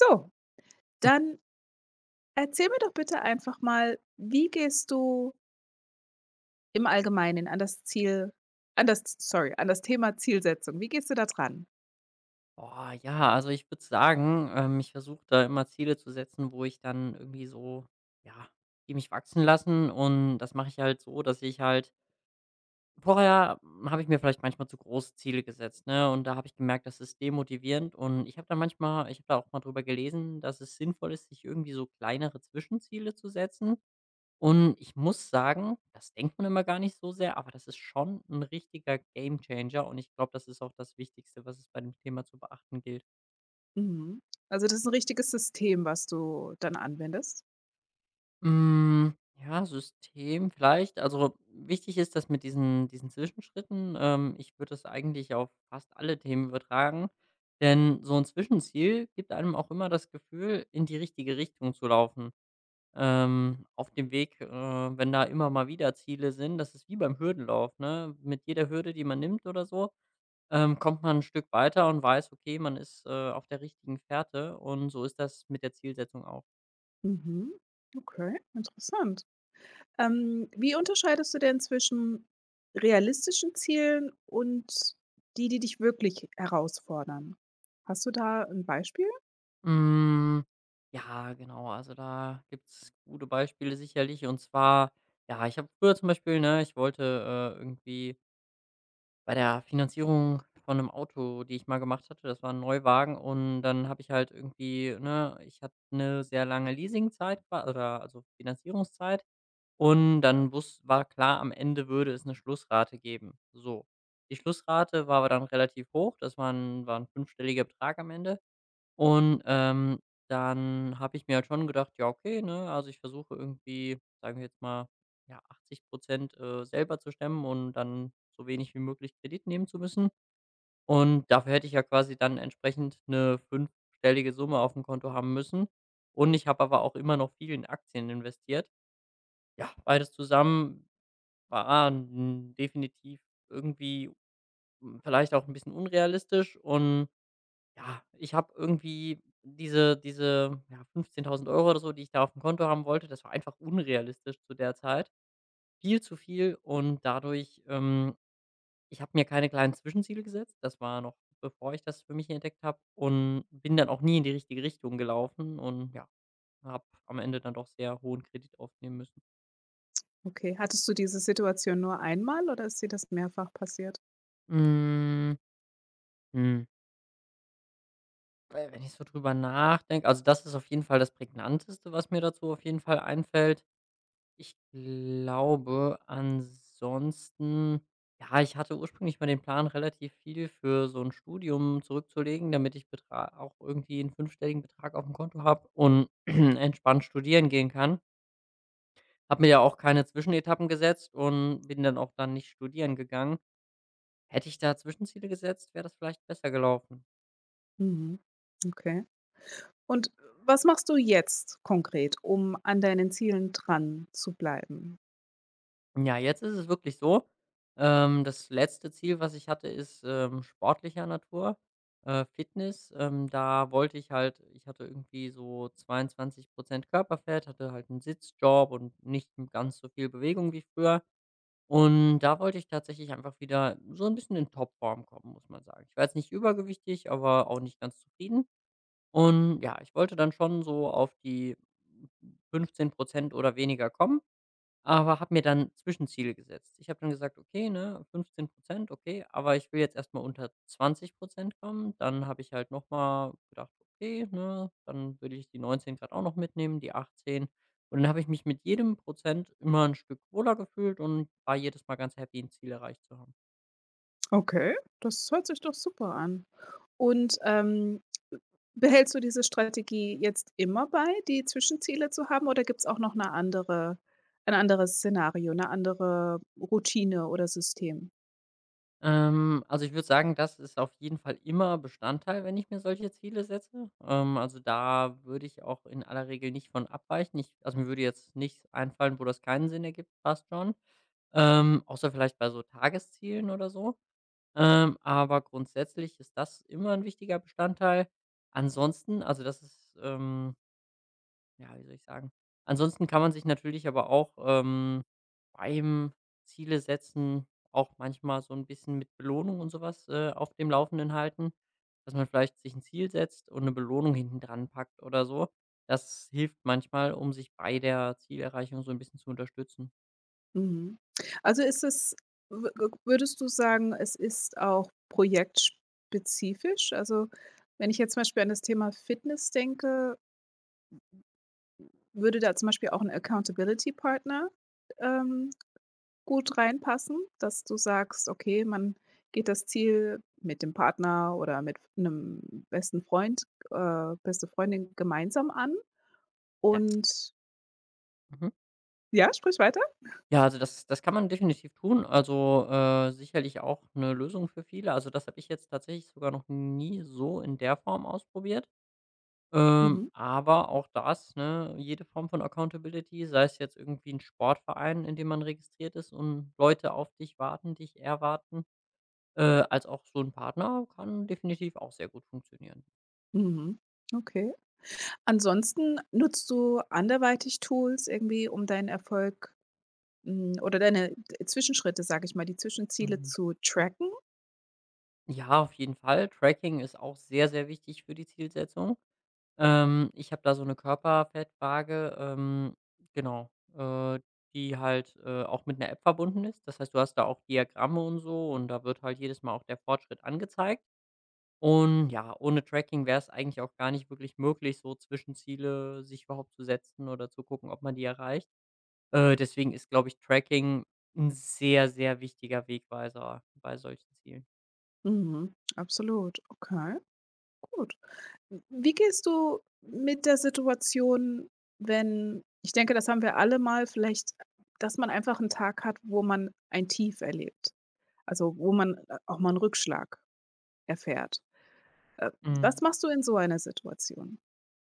So, dann erzähl mir doch bitte einfach mal, wie gehst du im Allgemeinen an das Ziel an das sorry, an das Thema Zielsetzung, wie gehst du da dran? Boah, ja, also ich würde sagen, ich versuche da immer Ziele zu setzen, wo ich dann irgendwie so, ja, die mich wachsen lassen. Und das mache ich halt so, dass ich halt vorher habe ich mir vielleicht manchmal zu große Ziele gesetzt, ne? Und da habe ich gemerkt, das ist demotivierend. Und ich habe da manchmal, ich habe da auch mal drüber gelesen, dass es sinnvoll ist, sich irgendwie so kleinere Zwischenziele zu setzen. Und ich muss sagen, das denkt man immer gar nicht so sehr, aber das ist schon ein richtiger Gamechanger. Und ich glaube, das ist auch das Wichtigste, was es bei dem Thema zu beachten gilt. Mhm. Also, das ist ein richtiges System, was du dann anwendest? Hm, ja, System vielleicht. Also, wichtig ist dass mit diesen Zwischenschritten. Ich würde das eigentlich auf fast alle Themen übertragen, denn so ein Zwischenziel gibt einem auch immer das Gefühl, in die richtige Richtung zu laufen. Auf dem Weg, wenn da immer mal wieder Ziele sind, das ist wie beim Hürdenlauf, ne? Mit jeder Hürde, die man nimmt oder so, kommt man ein Stück weiter und weiß, okay, man ist, auf der richtigen Fährte und so ist das mit der Zielsetzung auch. Mhm. Okay, interessant. Wie unterscheidest du denn zwischen realistischen Zielen und die, die dich wirklich herausfordern? Hast du da ein Beispiel? Hm, ja, genau. Also, da gibt's gute Beispiele sicherlich. Und zwar, ja, ich habe früher zum Beispiel, ne ich wollte, irgendwie bei der Finanzierung von einem Auto, die ich mal gemacht hatte, das war ein Neuwagen und dann habe ich halt irgendwie ne, ich hatte eine sehr lange Leasingzeit qua oder also, Finanzierungszeit und dann wus war klar, am Ende würde es eine Schlussrate geben. So. Die Schlussrate war aber dann relativ hoch. Das war 'n fünfstelliger Betrag am Ende. Und, dann habe ich mir halt schon gedacht: „Ja, okay, ne, also ich versuche irgendwie, sagen wir jetzt mal, ja, 80 selber zu stemmen und dann so wenig wie möglich Kredit nehmen zu müssen.“ Und dafür hätte ich ja quasi dann entsprechend eine fünfstellige Summe auf dem Konto haben müssen. Und ich habe aber auch immer noch viel in Aktien investiert. Ja, beides zusammen war 'n definitiv irgendwie, vielleicht auch ein bisschen unrealistisch und ja, ich habe irgendwie diese, ja, 15.000 € oder so, die ich da auf dem Konto haben wollte, das war einfach unrealistisch zu der Zeit. Viel zu viel und dadurch ich habe mir keine kleinen Zwischenziele gesetzt. Das war noch bevor ich das für mich entdeckt habe und bin dann auch nie in die richtige Richtung gelaufen und ja, habe am Ende dann doch sehr hohen Kredit aufnehmen müssen. Okay. Hattest du diese Situation nur einmal oder ist dir das mehrfach passiert? Hm, hm, we wenn ich so drüber nachdenke also, das ist auf jeden Fall das Prägnanteste, was mir dazu auf jeden Fall einfällt. Ich glaube, ansonsten ja, ich hatte ursprünglich mal den Plan, relativ viel für so ein Studium zurückzulegen, damit ich Betra auch irgendwie einen fünfstelligen Betrag auf dem Konto habe und entspannt studieren gehen kann. Habe mir ja auch keine Zwischenetappen gesetzt und bin dann auch dann nicht studieren gegangen. Hätte ich da Zwischenziele gesetzt, wäre das vielleicht besser gelaufen. Mhm, okay. Und was machst du jetzt konkret, um an deinen Zielen dran zu bleiben? Ja, jetzt ist es wirklich so. Das letzte Ziel, was ich hatte, ist sportlicher Natur, Fitness. Da wollte ich halt, ich hatte irgendwie so 22% Körperfett, hatte halt einen Sitzjob und nicht ganz so viel Bewegung wie früher. Und da wollte ich tatsächlich einfach wieder so ein bisschen in Topform kommen, muss man sagen. Ich war jetzt nicht übergewichtig, aber auch nicht ganz zufrieden. Und ja, ich wollte dann schon so auf die 15% oder weniger kommen. Aber habe mir dann Zwischenziele gesetzt. Ich habe dann gesagt: „Okay, ne, 15 okay, aber ich will jetzt erstmal mal unter 20 kommen.“ Dann habe ich halt noch mal gedacht: „Okay, ne, dann würde ich die 19 grad auch noch mitnehmen, die 18.“ Und dann habe ich mich mit jedem Prozent immer ein Stück wohler gefühlt und war jedes Mal ganz happy, 'n Ziel erreicht zu haben. Okay, das hört sich doch super an. Und, behältst du diese Strategie jetzt immer bei, die Zwischenziele zu haben, oder gibt es auch noch eine andere ein anderes Szenario, eine andere Routine oder System? Also ich würde sagen, das ist auf jeden Fall immer Bestandteil, wenn ich mir solche Ziele setze. Also da würde ich auch in aller Regel nicht von abweichen. Ich, also mir würde jetzt nichts einfallen, wo das keinen Sinn ergibt, fast schon. Außer vielleicht bei so Tageszielen oder so. Aber grundsätzlich ist das immer ein wichtiger Bestandteil. Ansonsten, also das ist, ja, wie soll ich sagen? Ansonsten kann man sich natürlich aber auch beim Ziele setzen auch manchmal so ein bisschen mit Belohnung und sowas auf dem Laufenden halten, dass man vielleicht sich ein Ziel setzt und eine Belohnung hinten dran packt oder so. Das hilft manchmal, um sich bei der Zielerreichung so ein bisschen zu unterstützen. Mhm. Also, ist es wü wü würdest du sagen, es ist auch projektspezifisch? Also, wenn ich jetzt zum Beispiel an das Thema Fitness denke, würde da zum Beispiel auch ein Accountability Partner, ähm, gut reinpassen, dass du sagst: „Okay, man geht das Ziel mit dem Partner oder mit einem besten Freund, beste Freundin gemeinsam an“ Das. und Mhm. ja, sprich weiter? Ja, also das kann man definitiv tun. Also, sicherlich auch eine Lösung für viele. Also, das habe ich jetzt tatsächlich sogar noch nie so in der Form ausprobiert. Mhm, Aber auch das, ne, jede Form von Accountability, sei es jetzt irgendwie ein Sportverein, in dem man registriert ist und Leute auf dich warten, dich erwarten, äh, als auch so ein Partner, kann definitiv auch sehr gut funktionieren. mhm, okay. Ansonsten nutzt du anderweitig Tools irgendwie, um deinen Erfolg, hm, oder deine d Zwischenschritte, sage ich mal, die Zwischenziele Mhm. zu tracken? Ja, auf jeden Fall. Tracking ist auch sehr, sehr wichtig für die Zielsetzung. Ich habe da so eine Körperfettwaage, genau, äh, die halt, auch mit 'ner App verbunden ist. Das heißt, du hast da auch Diagramme und so und da wird halt jedes Mal auch der Fortschritt angezeigt. Und ja, ohne Tracking wäre es eigentlich auch gar nicht wirklich möglich, so Zwischenziele sich überhaupt zu setzen oder zu gucken, ob man die erreicht. Deswegen ist, glaube ich, Tracking ein sehr, sehr wichtiger Wegweiser bei solchen Zielen. Mhm, absolut. Okay, gut. Wie gehst du mit der Situation, wenn ich denke, das haben wir alle mal vielleicht, dass man einfach einen Tag hat, wo man ein Tief erlebt, also, wo man, auch mal einen Rückschlag erfährt. Äh, Hm, Was machst du in so einer Situation?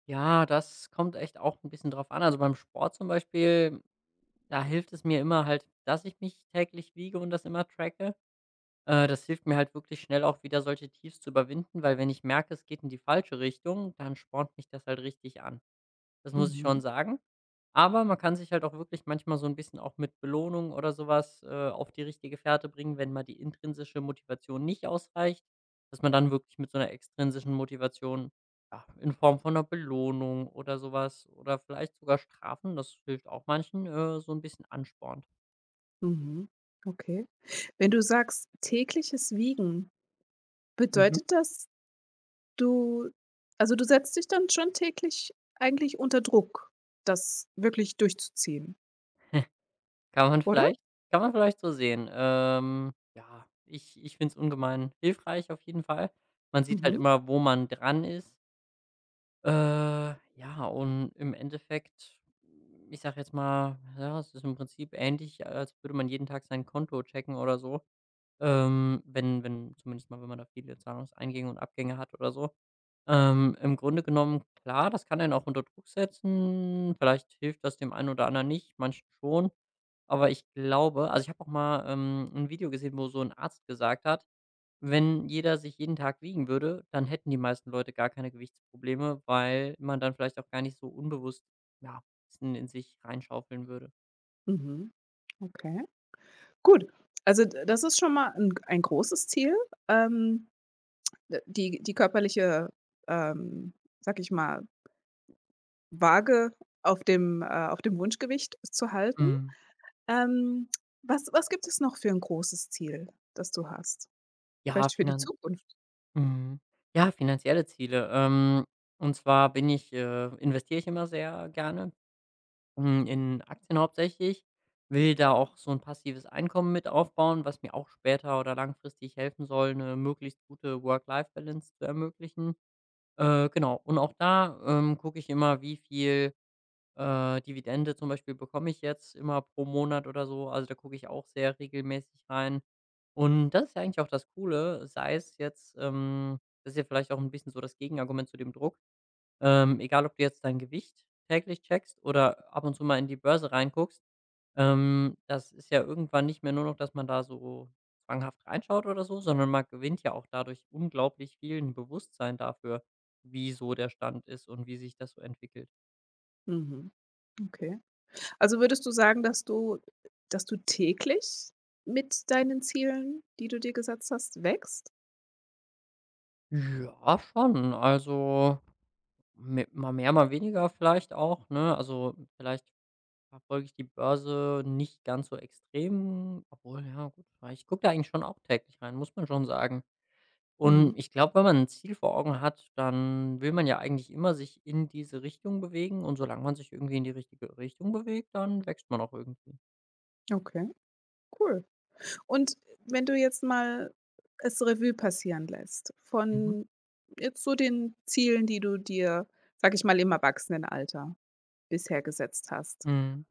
ja, das kommt echt auch ein bisschen drauf an. Also, beim Sport zum Beispiel, da hilft es mir immer halt, dass ich mich täglich wiege und das immer tracke. Das hilft mir halt wirklich schnell auch wieder solche Tiefs zu überwinden, weil wenn ich merke, es geht in die falsche Richtung, dann spornt mich das halt richtig an. Das muss ich schon Mhm, sagen. Aber man kann sich halt auch wirklich manchmal so ein bisschen auch mit Belohnung oder sowas auf die richtige Fährte bringen, wenn mal die intrinsische Motivation nicht ausreicht, dass man dann wirklich mit so einer extrinsischen Motivation, ja, in Form von einer Belohnung oder sowas oder vielleicht sogar Strafen, das hilft auch manchen, so ein bisschen anspornt. mhm, okay. Wenn du sagst, tägliches Wiegen, Mhm. bedeutet das, du also, du setzt dich dann schon täglich eigentlich unter Druck, das wirklich durchzuziehen, Kann man oder? vielleicht Kann man vielleicht so sehen. Ja, ich finde es ungemein hilfreich auf jeden Fall. Man sieht halt Mhm, immer, wo man dran ist. Äh, ja, und im Endeffekt, ich sage jetzt mal, ja, es ist im Prinzip ähnlich, als würde man jeden Tag sein Konto checken oder so. Wenn, zumindest mal, wenn man da viele Zahlungseingänge und Abgänge hat oder so. Im Grunde genommen, klar, das kann einen auch unter Druck setzen. Vielleicht hilft das dem einen oder anderen nicht, manchen schon. Aber ich glaube, also ich habe auch mal ein Video gesehen, wo so ein Arzt gesagt hat, wenn jeder sich jeden Tag wiegen würde, dann hätten die meisten Leute gar keine Gewichtsprobleme, weil man dann vielleicht auch gar nicht so unbewusst, ja, Wissen in sich reinschaufeln würde. mhm, okay. Gut, also d das ist schon mal 'n ein großes Ziel. Ähm, d Die die körperliche, ähm, sage ich mal, Waage auf dem Wunschgewicht zu halten. Mhm. Ähm, Was was gibt es noch für ein großes Ziel, das du hast? Ja, Vielleicht für die finan Zukunft? mhm. Ja, finanzielle Ziele. Und zwar bin ich investiere ich immer sehr gerne, in Aktien hauptsächlich, will da auch so ein passives Einkommen mit aufbauen, was mir auch später oder langfristig helfen soll, eine möglichst gute Work-Life-Balance zu ermöglichen. Genau. Und auch da, gucke ich immer, wie viel, Dividende zum Beispiel bekomme ich jetzt immer pro Monat oder so. Also, da gucke ich auch sehr regelmäßig rein. Und das ist ja eigentlich auch das Coole, sei es jetzt, das ist ja vielleicht auch ein bisschen so das Gegenargument zu dem Druck. Egal, ob du jetzt dein Gewicht täglich checkst oder ab und zu mal in die Börse reinguckst. Das ist ja irgendwann nicht mehr nur noch, dass man da so zwanghaft reinschaut oder so, sondern man gewinnt ja auch dadurch unglaublich viel ein Bewusstsein dafür, wie so der Stand ist und wie sich das so entwickelt. Mhm. Okay. Also, würdest du sagen, dass du täglich mit deinen Zielen, die du dir gesetzt hast, wächst? Ja, schon. Also, me mal mehr, mal weniger vielleicht auch, ne? Also, vielleicht verfolge ich die Börse nicht ganz so extrem, obwohl, ja gut, weil ich gucke da eigentlich schon auch täglich rein, muss man schon sagen. Und Mhm. ich glaube, wenn man ein Ziel vor Augen hat, dann will man ja eigentlich immer sich in diese Richtung bewegen und solange man sich irgendwie in die richtige Richtung bewegt, dann wächst man auch irgendwie. Okay, cool. Und wenn du jetzt mal es Revue passieren lässt, Mhm. von jetzt so den Zielen, die du dir, sage ich mal, im Erwachsenenalter bisher gesetzt hast. Mhm.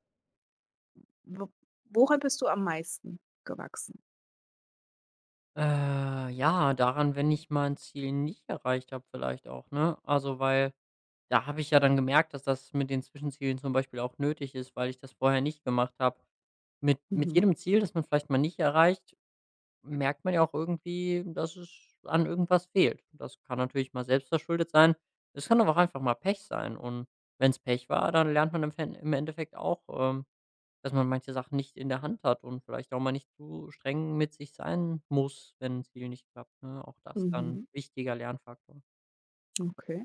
Wo woran bist du am meisten gewachsen? Ja, daran, wenn ich mein Ziel nicht erreicht habe vielleicht auch, ne? Also, weil da habe ich ja dann gemerkt, dass das mit den Zwischenzielen zum Beispiel auch nötig ist, weil ich das vorher nicht gemacht habe. Mit Mhm. jedem Ziel, das man vielleicht mal nicht erreicht, merkt man ja auch irgendwie, dass es an irgendwas fehlt. Das kann natürlich mal selbstverschuldet sein. Es kann aber auch einfach mal Pech sein. Und wenn es Pech war, dann lernt man im Endeffekt auch, dass man manche Sachen nicht in der Hand hat und vielleicht auch mal nicht zu streng mit sich sein muss, wenn ein Ziel nicht klappt. Ne? Auch das dann Mhm. wichtiger Lernfaktor. Okay.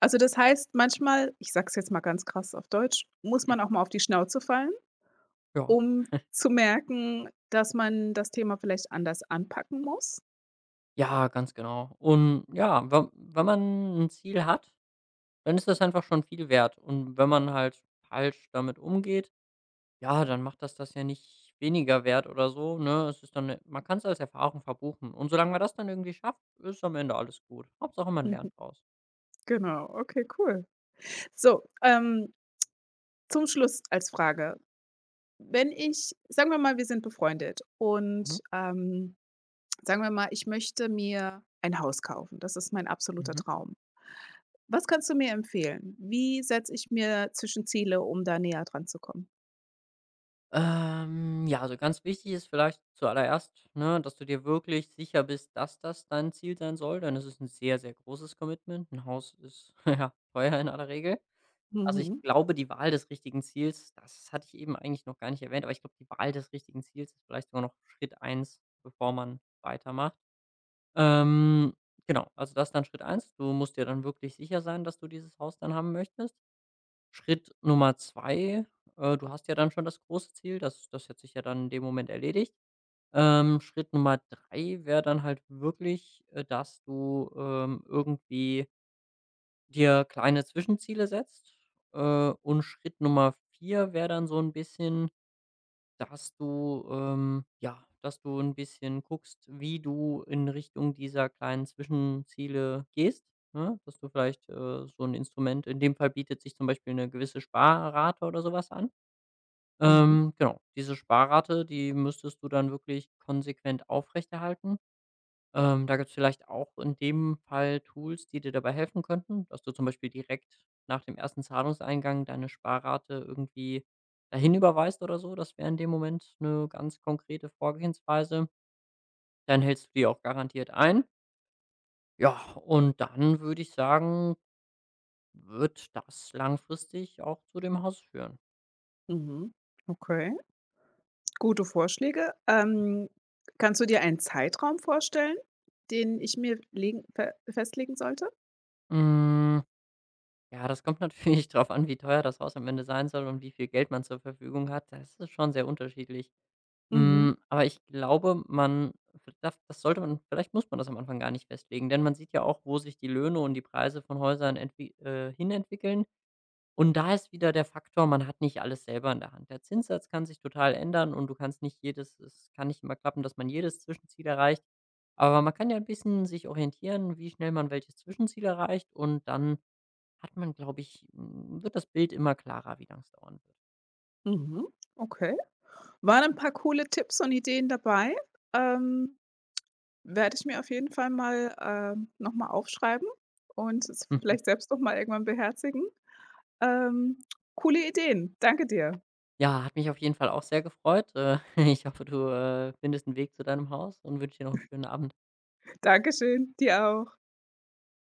Also, das heißt manchmal, ich sage es jetzt mal ganz krass auf Deutsch, muss man auch mal auf die Schnauze fallen? Ja. Um zu merken, dass man das Thema vielleicht anders anpacken muss? Ja, ganz genau. Und ja, wenn man ein Ziel hat, dann ist das einfach schon viel wert. Und wenn man halt falsch damit umgeht, ja, dann macht das ja nicht weniger wert oder so, ne? Es ist dann 'ne man kann es als Erfahrung verbuchen. Und solange man das dann irgendwie schafft, ist am Ende alles gut. Hauptsache, man Mhm. lernt draus. Genau, okay, cool. So, zum Schluss als Frage. Wenn ich sagen wir mal, wir sind befreundet Mhm, und, sagen wir mal, ich möchte mir ein Haus kaufen. Das ist mein absoluter mhm. Traum. Was kannst du mir empfehlen? Wie setze ich mir Zwischenziele, um da näher dran zu kommen? Ja, also ganz wichtig ist vielleicht zuallererst, ne, dass du dir wirklich sicher bist, dass das dein Ziel sein soll, denn es ist ein sehr, sehr großes Commitment. Ein Haus ist, ja, teuer in aller Regel. Also, ich Mhm, glaube, die Wahl des richtigen Ziels, das hatte ich eben eigentlich noch gar nicht erwähnt, aber ich glaube, die Wahl des richtigen Ziels ist vielleicht sogar noch Schritt eins, bevor man weitermacht. Ähm, genau, also das ist dann Schritt eins. Du musst dir dann wirklich sicher sein, dass du dieses Haus dann haben möchtest. Schritt Nummer 2, du hast ja dann schon das große Ziel, das hat sich ja dann in dem Moment erledigt. Schritt Nummer 3 wäre dann halt wirklich, dass du, irgendwie dir kleine Zwischenziele setzt. Äh, und Schritt Nummer 4 wäre dann so ein bisschen, dass du, ja, dass du ein bisschen guckst, wie du in Richtung dieser kleinen Zwischenziele gehst, ne? Dass du vielleicht, so ein Instrument, in dem Fall bietet sich zum Beispiel eine gewisse Sparrate oder sowas an. mhm, Genau, diese Sparrate, die müsstest du dann wirklich konsequent aufrechterhalten. Da gibt es vielleicht auch in dem Fall Tools, die dir dabei helfen könnten, dass du zum Beispiel direkt nach dem ersten Zahlungseingang deine Sparrate irgendwie dahin überweist oder so. Das wäre in dem Moment eine ganz konkrete Vorgehensweise. Dann hältst du die auch garantiert ein. Ja, und dann würde ich sagen, wird das langfristig auch zu dem Haus führen. mhm. Okay. Gute Vorschläge. Kannst du dir einen Zeitraum vorstellen, den ich mir legen fe festlegen sollte? Hm, ja, das kommt natürlich drauf an, wie teuer das Haus am Ende sein soll und wie viel Geld man zur Verfügung hat. Das ist schon sehr unterschiedlich. Mhm, Hm, aber ich glaube, man das sollte man vielleicht muss man das am Anfang gar nicht festlegen, denn man sieht ja auch, wo sich die Löhne und die Preise von Häusern entwi hinentwickeln. Und da ist wieder der Faktor, man hat nicht alles selber in der Hand. Der Zinssatz kann sich total ändern und du kannst nicht jedes es kann nicht immer klappen, dass man jedes Zwischenziel erreicht. Aber man kann ja ein bisschen sich orientieren, wie schnell man welches Zwischenziel erreicht und dann hat man, glaube ich, hm, wird das Bild immer klarer, wie lang es dauern mhm, okay. Waren ein paar coole Tipps und Ideen dabei. Ähm, Werde ich mir auf jeden Fall mal, noch mal aufschreiben und es wird. vielleicht selbst noch mal irgendwann beherzigen. Ähm, Coole Ideen. Danke dir. Ja, hat mich auf jeden Fall auch sehr gefreut. Ich hoffe, du, findest 'n Weg zu deinem Haus und wünsche dir noch einen schönen Abend. Dankeschön, dir auch.